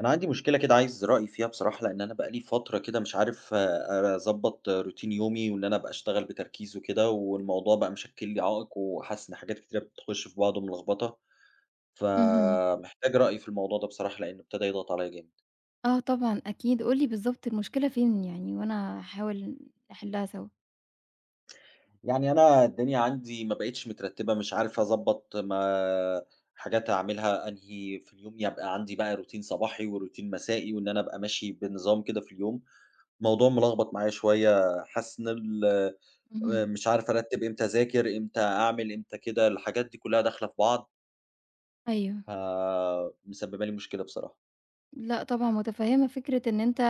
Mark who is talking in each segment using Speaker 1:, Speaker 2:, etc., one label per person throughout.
Speaker 1: أنا عندي مشكلة كده عايز رأيي فيها بصراحة، لإن أنا بقى لي فترة كده مش عارف أضبّط روتين يومي وإن أنا أبقى أشتغل بتركيز وكده، والموضوع بقى مشكِّل لي عائق وحاسس إن حاجات كتيرة بتخُش في بعض وملخبطة،
Speaker 2: اهم.
Speaker 1: فمحتاج رأيي في الموضوع ده بصراحة لإنه ابتدى يضغط عليّا جامد.
Speaker 2: آه طبعًا أكيد، قُل لي بالضبط المشكلة فين يعني وأنا هاحاول نحلها سوا.
Speaker 1: يعني أنا الدنيا عندي ما بقِتش مترتِّبة، مش عارف أضبّط ما حاجات أعملها أنهي في اليوم، يبقى عندي بقى روتين صباحي وروتين مسائي وإن أنا أبقى ماشي بنظام كده في اليوم. الموضوع ملخبط معايا شوية، حاسس إن ال
Speaker 2: اهم.
Speaker 1: مش عارف أرتّب إمتى أذاكر، إمتى أعمل، إمتى كده، الحاجات دي كلّها داخلة في بعض،
Speaker 2: أيوه.
Speaker 1: فمسبّبة لي مشكلة بصراحة.
Speaker 2: لأ طبعًا متفهّمة فكرة إن أنت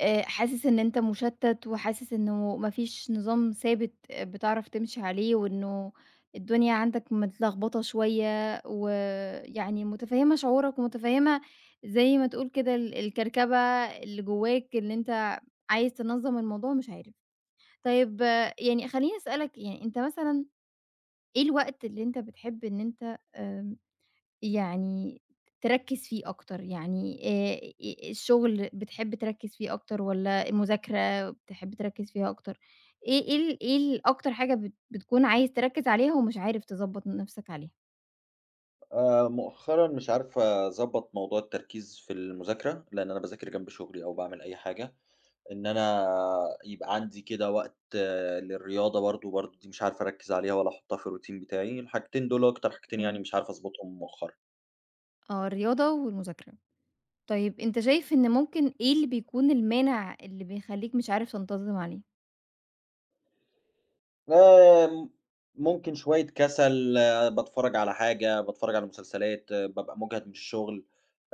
Speaker 2: حاسس إن أنت مُشتَّت وحاسس إنه ما فيش نظام ثابت بتعرف تمشي عليه وإنه الدنيا عندك متلخبطة شوية ويعني متفهّمة شعورك ومتفهّمة زي ما تقول كده الكركبة اللي جوّاك اللي أنت عايز تنظّم الموضوع ومش عارف. طيب يعني خلّيني أسألك يعني أنت مثلًا إيه الوقت اللي أنت بتحب إن أنت يعني تركّز فيه أكتر، يعني الشغل بتحب تركّز فيه أكتر والّا المذاكرة بتحب تركّز فيها أكتر؟ إيه أكتر حاجة بتكون عايز تركّز عليها ومش عارف تضبّط نَفْسك عليها؟
Speaker 1: مؤخرًا مش عارف أضبّط موضوع التركيز في المذاكرة، لإن أنا باذاكر جنب شغلي أو باعمل أي حاجة، إن أنا يبقى عندي كده وقت للرياضة برضه، دي مش عارف أركّز عليها ولا أحطّها في الroutine بتاعي، الحاجتين دول أكتر حاجتين يعني
Speaker 2: تمام.
Speaker 1: مش عارف أضبطهم مؤخرًا.
Speaker 2: آه، الرياضة والمذاكرة. طيب أنت شايف إن ممكن إيه اللي بيكون المانع اللي بيخلّيك مش عارف تنتظم عليه؟
Speaker 1: آمم ممكن شوية كَسَل، باتفرّج على حاجة، باتفرّج على مسلسلات، بابقى مُجهد من الشغل.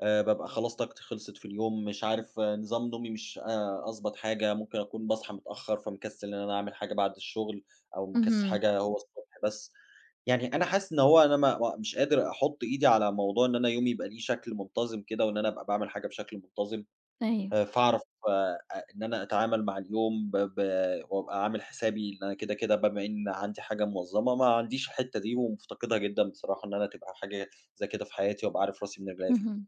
Speaker 1: بابقى خلاص طاقتي خلصت في اليوم، مش عارف نظام نومي مش أضبط حاجة، ممكن أكون باصحى متأخر فمكسل إن أنا أعمل حاجة بعد الشغل، أو مكسل
Speaker 2: اهم،
Speaker 1: حاجة هو الصبح بس. يعني أنا حاسس إن هو أنا ما ما مش قادر أحُط إيدي على موضوع إن أنا يومي يبقى ليه شكل منتظم كده، وإن أنا أبقى باعمل حاجة بشكل منتظم،
Speaker 2: أيوه،
Speaker 1: فاعرف أ إن أنا أتعامل مع اليوم ب ب وأبقى عامل حسابي إن أنا كده بما إن عندي حاجة منظمة، ما عنديش الحتة دي ومفتقدها جدًا بصراحة إن أنا تبقى حاجة زي كده في حياتي وأبقى عارف راسي من رجليّا فيها.
Speaker 2: اهم.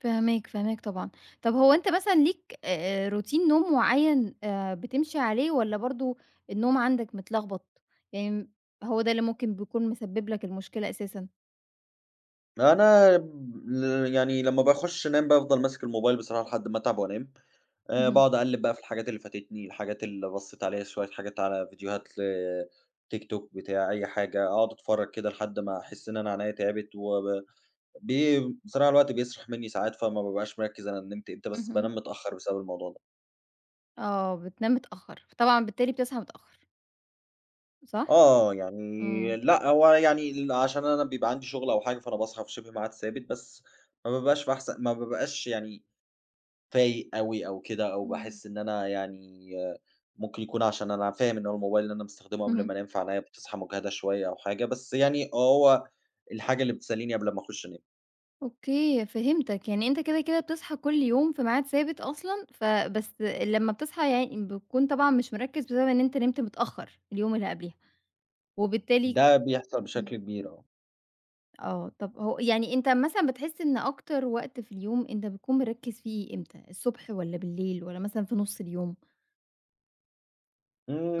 Speaker 2: فاهماك، فاهماك طبعًا. طب هو أنت مثلًا ليك روتين نوم معيّن بتمشي عليه والّا برضه النوم عندك متلخبط؟ يعني هو ده اللي ممكن بيكون مسبب لك المشكلة أساسًا؟
Speaker 1: أنا ل يعني لمّا باخُش أنام بافضل ماسك الموبايل بصراحة لحد ما أتعب وأنام،
Speaker 2: اهم،
Speaker 1: باقعد أقلِّب بقى في الحاجات اللي فاتتني، الحاجات اللي بصّيت عليها شوية حاجات على فيديوهات ل TikTok بتاع أي حاجة، أقعد أتفرّج كده لحد ما أحس إن أنا عينيّا تعبت وب بي بصراحة الوقت بيسرح منّي ساعات، فما بابقاش مركّز أنا نمت إمتى، بس
Speaker 2: اهم.
Speaker 1: بانام متأخّر بسبب الموضوع ده.
Speaker 2: آه، بتنام متأخر، فطبعًا بالتالي بتصحى متأخر، صح؟
Speaker 1: آه، يعني
Speaker 2: إمم.
Speaker 1: لأ، هو يعني عشان أنا بيبقى عندي شُغل أو حاجة، فأنا باصحى في شِبه ميعاد ثابت، بس ما بابقاش في أحسن ما بابقاش يعني فايق أوي أو كده، أو
Speaker 2: إمم،
Speaker 1: باحس إن أنا يعني ممكن يكون عشان أنا فاهم إن هو الموبايل اللي أنا باستخدمه قبل ما
Speaker 2: اهم.
Speaker 1: أنام، فعينيّا بتصحى مجهدة شوية أو حاجة، بس يعني هو الحاجة اللي بتسليني قبل ما أخش أنام،
Speaker 2: أوكي، فهمتك. يعني أنت كده، كده بتصحى كل يوم في ميعاد ثابت أصلًا، فبس لمّا بتصحى يعني بتكون طبعًا مش مركّز بسبب إن أنت نمت متأخر اليوم اللي قبليها، وبالتالي
Speaker 1: ده بيحصل بشكل
Speaker 2: إمم.
Speaker 1: كبير.
Speaker 2: آه، طب هو يعني أنت مثلًا بتحس إن أكتر وقت في اليوم أنت بتكون مركّز فيه إمتى، الصبح والّا بالليل والّا مثلًا في نُص اليوم،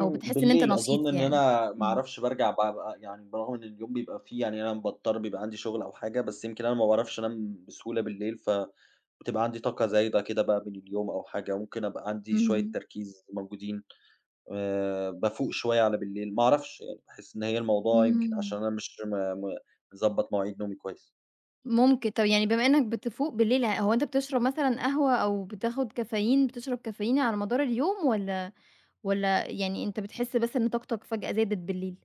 Speaker 2: أو بتحس إن أنت
Speaker 1: بالليل أظن
Speaker 2: نشيط
Speaker 1: إن
Speaker 2: يعني؟
Speaker 1: أنا ما
Speaker 2: إمم،
Speaker 1: أعرفش بارجع بابقى يعني برغم إن اليوم بيبقى فيه يعني أنا باضطر بيبقى عندي شغل أو حاجة، بس يمكن أنا ما باعرفش أنام بسهولة بالليل، فبتبقى عندي طاقة زايدة كده بقى من اليوم أو حاجة، ممكن أبقى عندي شوية
Speaker 2: إمم،
Speaker 1: تركيز موجودين. بافوق شوية على بالليل، ما أعرفش يعني، باحس إن هي الموضوع يمكن عشان
Speaker 2: إمم،
Speaker 1: أنا مش م م مضبّط مواعيد نومي كويس.
Speaker 2: ممكن طب يعني بما إنك بتفوق بالليل هو أنت بتشرب مثلًا قهوة أو بتاخد كافيين بتشرب كافيين على مدار اليوم والّا يعني أنت بتحس بس إن طاقتك فجأة زادت بالليل؟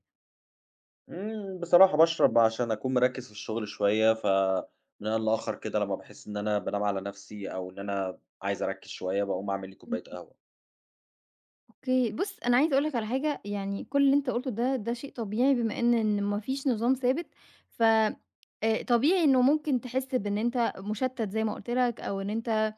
Speaker 1: إمم، بصراحة باشرب عشان أكون مركّز في الشغل شوية، فمن آن لآخر كده لمّا باحس إن أنا بانام على نَفْسي أو إن أنا عايز أركّز شوية، باقوم أعمل لي كوباية قهوة.
Speaker 2: أوكي، بُص أنا عايزة أقول لك على حاجة، يعني كل اللي أنت قُلته ده، ده شيء طبيعي بما إن ما فيش نظام ثابت، ف طبيعي إنه ممكن تحس بإن أنت مُشتَّت زي ما قُلت لك، أو إن أنت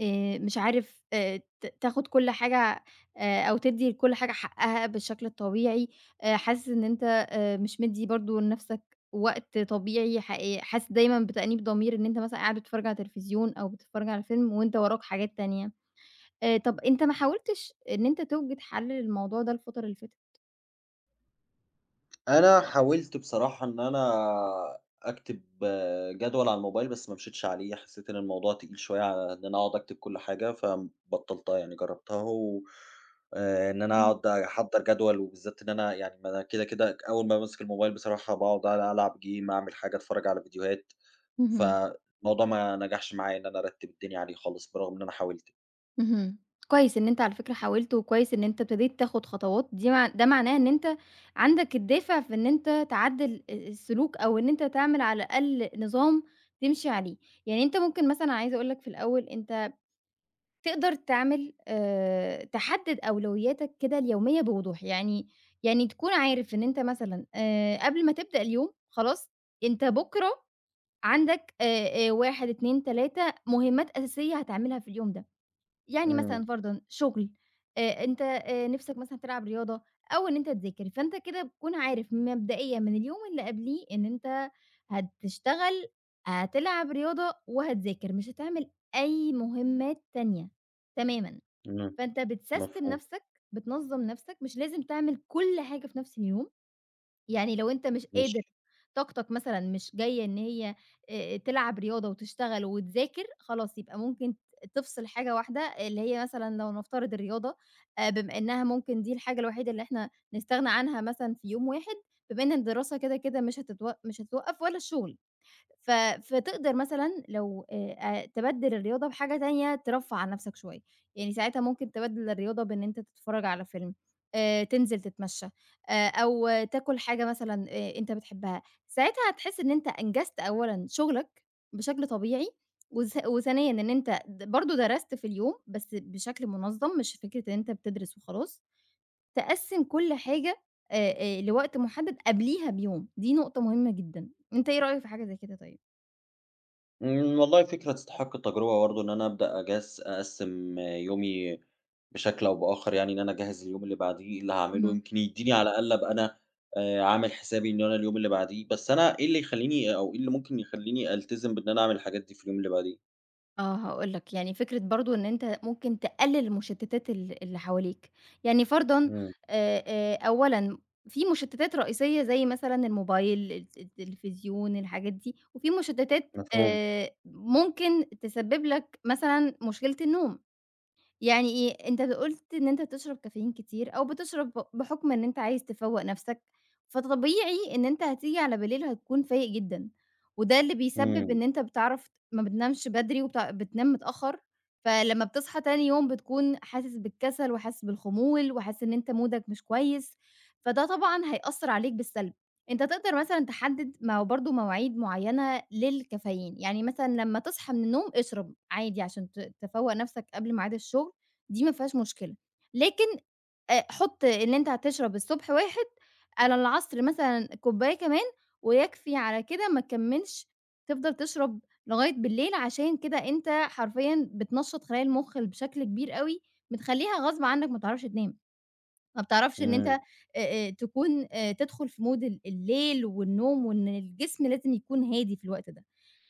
Speaker 2: مش عارف ت تاخد كل حاجة أو تدّي لكل حاجة حقها بالشكل الطبيعي، حاسس إن أنت مش مدّي برضه لنَفْسك وقت طبيعي حقيقي، حاسس دايمًا بتأنيب ضمير إن أنت مثلًا قاعد بتتفرّج على تلفزيون أو بتتفرّج على فيلم وأنت وراك حاجات تانية. طَب أنت ما حاولتش إن أنت توجد حل للموضوع ده الفترة اللي فاتت؟
Speaker 1: أنا حاولت بصراحة إن أنا أكتب جدول على الموبايل، بس ما مشيتش عليه، حسيت إن الموضوع تقيل شوية على إن أنا أقعد أكتب كل حاجة، فبطّلتها يعني جرّبتها و إن أنا
Speaker 2: إمم.
Speaker 1: أقعد أحضّر جدول وبالذات إن أنا يعني ما أنا كده أول ما بامسك الموبايل بصراحة باقعد ألعب game، أعمل حاجة، أتفرّج على فيديوهات،
Speaker 2: اهم،
Speaker 1: فالموضوع ما نجحش معايا إن أنا أرتّب الدنيا عليه خالص برغم إن أنا حاولت.
Speaker 2: اهم. كويس إن أنت على فكرة حاولت، وكويس إن أنت ابتديت تاخد خطوات، دي مع ده معناه إن أنت عندك الدافع في إن أنت تعدّل السلوك، أو إن أنت تعمل على الأقل نظام تمشي عليه. يعني أنت ممكن مثلًا عايزة أقول لك في الأول، أنت تقدر تعمل تحدد أولوياتك كده اليومية بوضوح، يعني تكون عارف إن أنت مثلًا قبل ما تبدأ اليوم خلاص، أنت بُكرة عندك 1، 2، 3 مهمات أساسية هتعملها في اليوم ده، يعني
Speaker 1: إمم،
Speaker 2: مثلًا فرضًا شغل، أنت نِفْسك مثلًا تلعب رياضة أو إن أنت تذاكر، فأنت كده بتكون عارف مبدئيًا من اليوم اللي قبليه إن أنت هتشتغل، هتلعب رياضة، وهتذاكر، مش هتعمل أي مهمات تانية تمامًا،
Speaker 1: إمم،
Speaker 2: فأنت بتسيستم
Speaker 1: مفهوم،
Speaker 2: نَفْسك، بتنظّم نَفْسك، مش لازم تعمل كل حاجة في نَفْس اليوم. يعني لو أنت مش قادر
Speaker 1: ماشي.
Speaker 2: طاقتك مثلًا مش جاية إن هي تلعب رياضة وتشتغل وتذاكر، خلاص يبقى ممكن تفصل حاجة واحدة اللي هي مثلًا لو نفترض الرياضة بما إنها ممكن دي الحاجة الوحيدة اللي إحنا نستغنى عنها مثلًا في يوم واحد، بما إن الدراسة كده، كده مش هتتوقّف ولا الشغل. ف فتقدر مثلًا لو تبدِّل الرياضة بحاجة تانية ترفّه عن نَفْسك شوية، يعني ساعتها ممكن تبدِّل الرياضة بإن أنت تتفرّج على فيلم، تنزل تتمشّى، أو تاكل حاجة مثلًا أنت بتحبها، ساعتها هتحس إن أنت أنجزت أولًا شُغلك بشكل طبيعي، وثانيًا إن أنت برضه درست في اليوم بس بشكل منظَّم، مش فكرة إن أنت بتدرس وخلاص، تقسِّم كل حاجة آآ لوقت مُحدَّد قبليها بيوم، دي نقطة مهمة جدًا، أنت إيه رأيك في حاجة زي كده طيب؟
Speaker 1: إمم، والله فكرة تستحق التجربة برضه، إن أنا أبدأ أجهز أقسّم يومي بشكل أو بآخر يعني، إن أنا أجهّز اليوم اللي بعديه إيه اللي هاعمله،
Speaker 2: اهم.
Speaker 1: يمكن يدّيني على الأقل أبقى أنا عامل حسابي إن أنا اليوم اللي بعديه، بس أنا إيه اللي يخلّيني أو إيه اللي ممكن يخلّيني ألتزم بإن أنا أعمل الحاجات دي في اليوم اللي بعديه؟
Speaker 2: آه، هاقول لك، يعني فكرة برضه إن أنت ممكن تقلِّل المشتتات اللي حواليك، يعني فرضًا
Speaker 1: إمم،
Speaker 2: أولًا في مشتتات رئيسية زي مثلًا الموبايل، التلفزيون، الحاجات دي، وفي مشتتات
Speaker 1: مفهوم،
Speaker 2: ممكن تسبب لك مثلًا مشكلة النوم. يعني إيه، أنت قُلت إن أنت بتشرب كافيين كتير أو بتشرب بحُكم إن أنت عايز تفوّق نَفْسك، فطبيعي إن أنت هتيجي على بالليل هتكون فايق جدًا، وده اللي بيسبب
Speaker 1: إمم،
Speaker 2: إن أنت بتعرف ما بتنامش بدري بتنام متأخّر، فلمّا بتصحى تاني يوم بتكون حاسس بالكسل وحاسس بالخمول وحاسس إن أنت مودك مش كويس، فده طبعًا هيأثّر عليك بالسلب. أنت تقدر مثلًا تحدد ما هو برضه مواعيد معيّنة للكافيين، يعني مثلًا لمّا تصحى من النوم اشرب عادي عشان تفوّق نَفْسك قبل ميعاد الشغل دي ما فيهاش مشكلة، لكن حُط إن أنت هتشرب الصبح واحد، على العصر مثلًا كوباية كمان، ويكفي على كده ما تكمّلش، تفضل تشرب لغاية بالليل عشان كده أنت حرفيًا بتنشّط خلايا المُخ بشكل كبير أوي، بتخلّيها غصب عنك ما تعرفش تنام، ما بتعرفش إن أنت
Speaker 1: إمم،
Speaker 2: تكون تدخل في مود الليل والنوم وإن الجسم لازم يكون هادي في الوقت ده.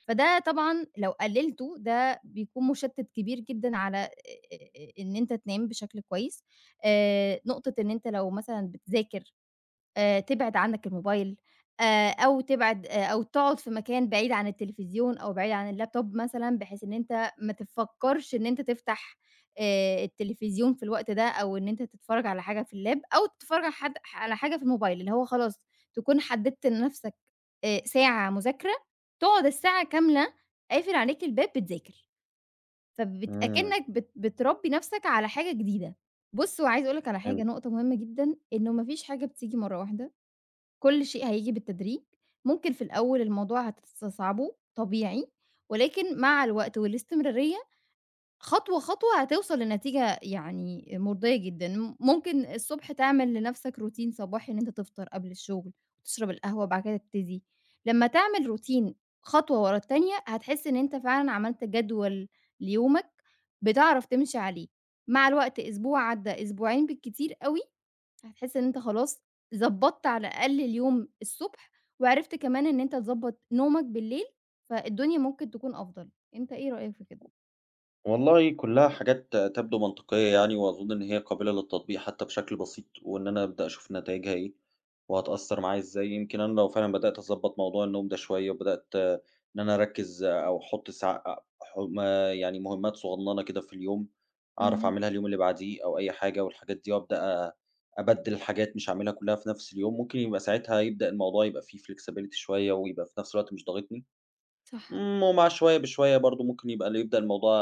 Speaker 2: فده طبعًا لو قلّلته ده بيكون مُشتِّت كبير جدًا على إن أنت تنام بشكل كويس، نقطة إن أنت لو مثلًا بتذاكر تبعد عنّك الموبايل أو تبعد أو تقعد في مكان بعيد عن التلفزيون أو بعيد عن اللابتوب مثلًا، بحيث إن أنت ما تفكّرش إن أنت تفتح التلفزيون في الوقت ده أو إن أنت تتفرّج على حاجة في اللاب أو تتفرّج على حد على حاجة في الموبايل، اللي هو خلاص تكون حدّدت لنَفْسك ساعة مذاكرة، تقعد الساعة كاملة قافل عليك الباب بتذاكر،
Speaker 1: إمم،
Speaker 2: أكنّك بتربّي نَفْسك على حاجة جديدة. بُص، وعايزة أقول لك على حاجة،
Speaker 1: فهمت.
Speaker 2: نقطة مهمة جدًا، إنه ما فيش حاجة بتيجي مرّة واحدة. كل شيء هييجي بالتدريج، ممكن في الأول الموضوع هتستصعبه طبيعي، ولكن مع الوقت والاستمرارية خطوة، خطوة هتوصل لنتيجة يعني مرضية جدًا، ممكن الصبح تعمل لنفْسك روتين صباحي إن أنت تفطر قبل الشغل وتشرب القهوة وبعد كده تبتدي، لمّا تعمل روتين خطوة ورا التانية هتحس إن أنت فعلًا عملت جدول ليومك بتعرف تمشي عليه، مع الوقت أسبوع عدّى، أسبوعين بالكتير أوي هتحس إن أنت خلاص ضبّطت على الأقل اليوم الصبح، وعرفت كمان إن أنت تضبّط نومك بالليل، فالدنيا ممكن تكون أفضل، أنت إيه رأيك في كده؟
Speaker 1: والله كلّها حاجات تبدو منطقية يعني، وأظن إن هي قابلة للتطبيق حتى بشكل بسيط، وإن أنا أبدأ أشوف نتايجها إيه، وهتأثّر معايا إزاي. يمكن أنا لو فعلًا بدأت أضبّط موضوع النوم ده شوية، وبدأت إن أنا أركّز أو أحُط ساع أ ح ما يعني مهمات صغنّنة كده في اليوم، أعرف
Speaker 2: اهم،
Speaker 1: أعملها اليوم اللي بعديه أو أي حاجة، والحاجات دي وأبدأ أبدّل حاجات مش هاعملها كلّها في نفْس اليوم، ممكن يبقى ساعتها يبدأ الموضوع يبقى فيه flexibility شوية، ويبقى في نفْس الوقت مش ضاغطني.
Speaker 2: صح،
Speaker 1: إمم، ومع شوية بشوية برضه ممكن يبقى يبدأ الموضوع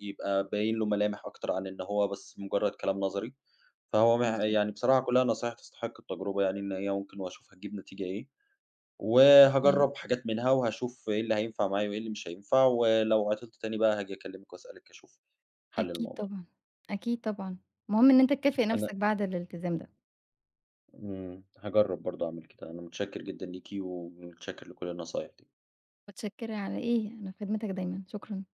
Speaker 1: يبقى باين له ملامح أكتر عن إن هو بس مجرد كلام نظري، فهو
Speaker 2: بالضبط.
Speaker 1: يعني بصراحة كلّها نصايح تستحق التجربة يعني، إن هي ممكن وأشوف هتجيب نتيجة إيه،
Speaker 2: أكيد،
Speaker 1: وهاجرّب حاجات منها وهاشوف إيه اللي هينفع معايا وإيه اللي مش هينفع، ولو عطلت تاني بقى هاجي أكلمِك وأسألِك أشوف حل
Speaker 2: أكيد
Speaker 1: الموضوع.
Speaker 2: طبعًا، أكيد طبعًا، المهم إن أنت تكافئ
Speaker 1: أنا
Speaker 2: نفسك بعد الالتزام ده،
Speaker 1: هاجرّب برضه أعمل كده، أنا متشكر جدًا ليكِ ومتشكر لكل النصايح دي.
Speaker 2: متشكرة على إيه، أنا في خدمتك دايمًا، شكرًا.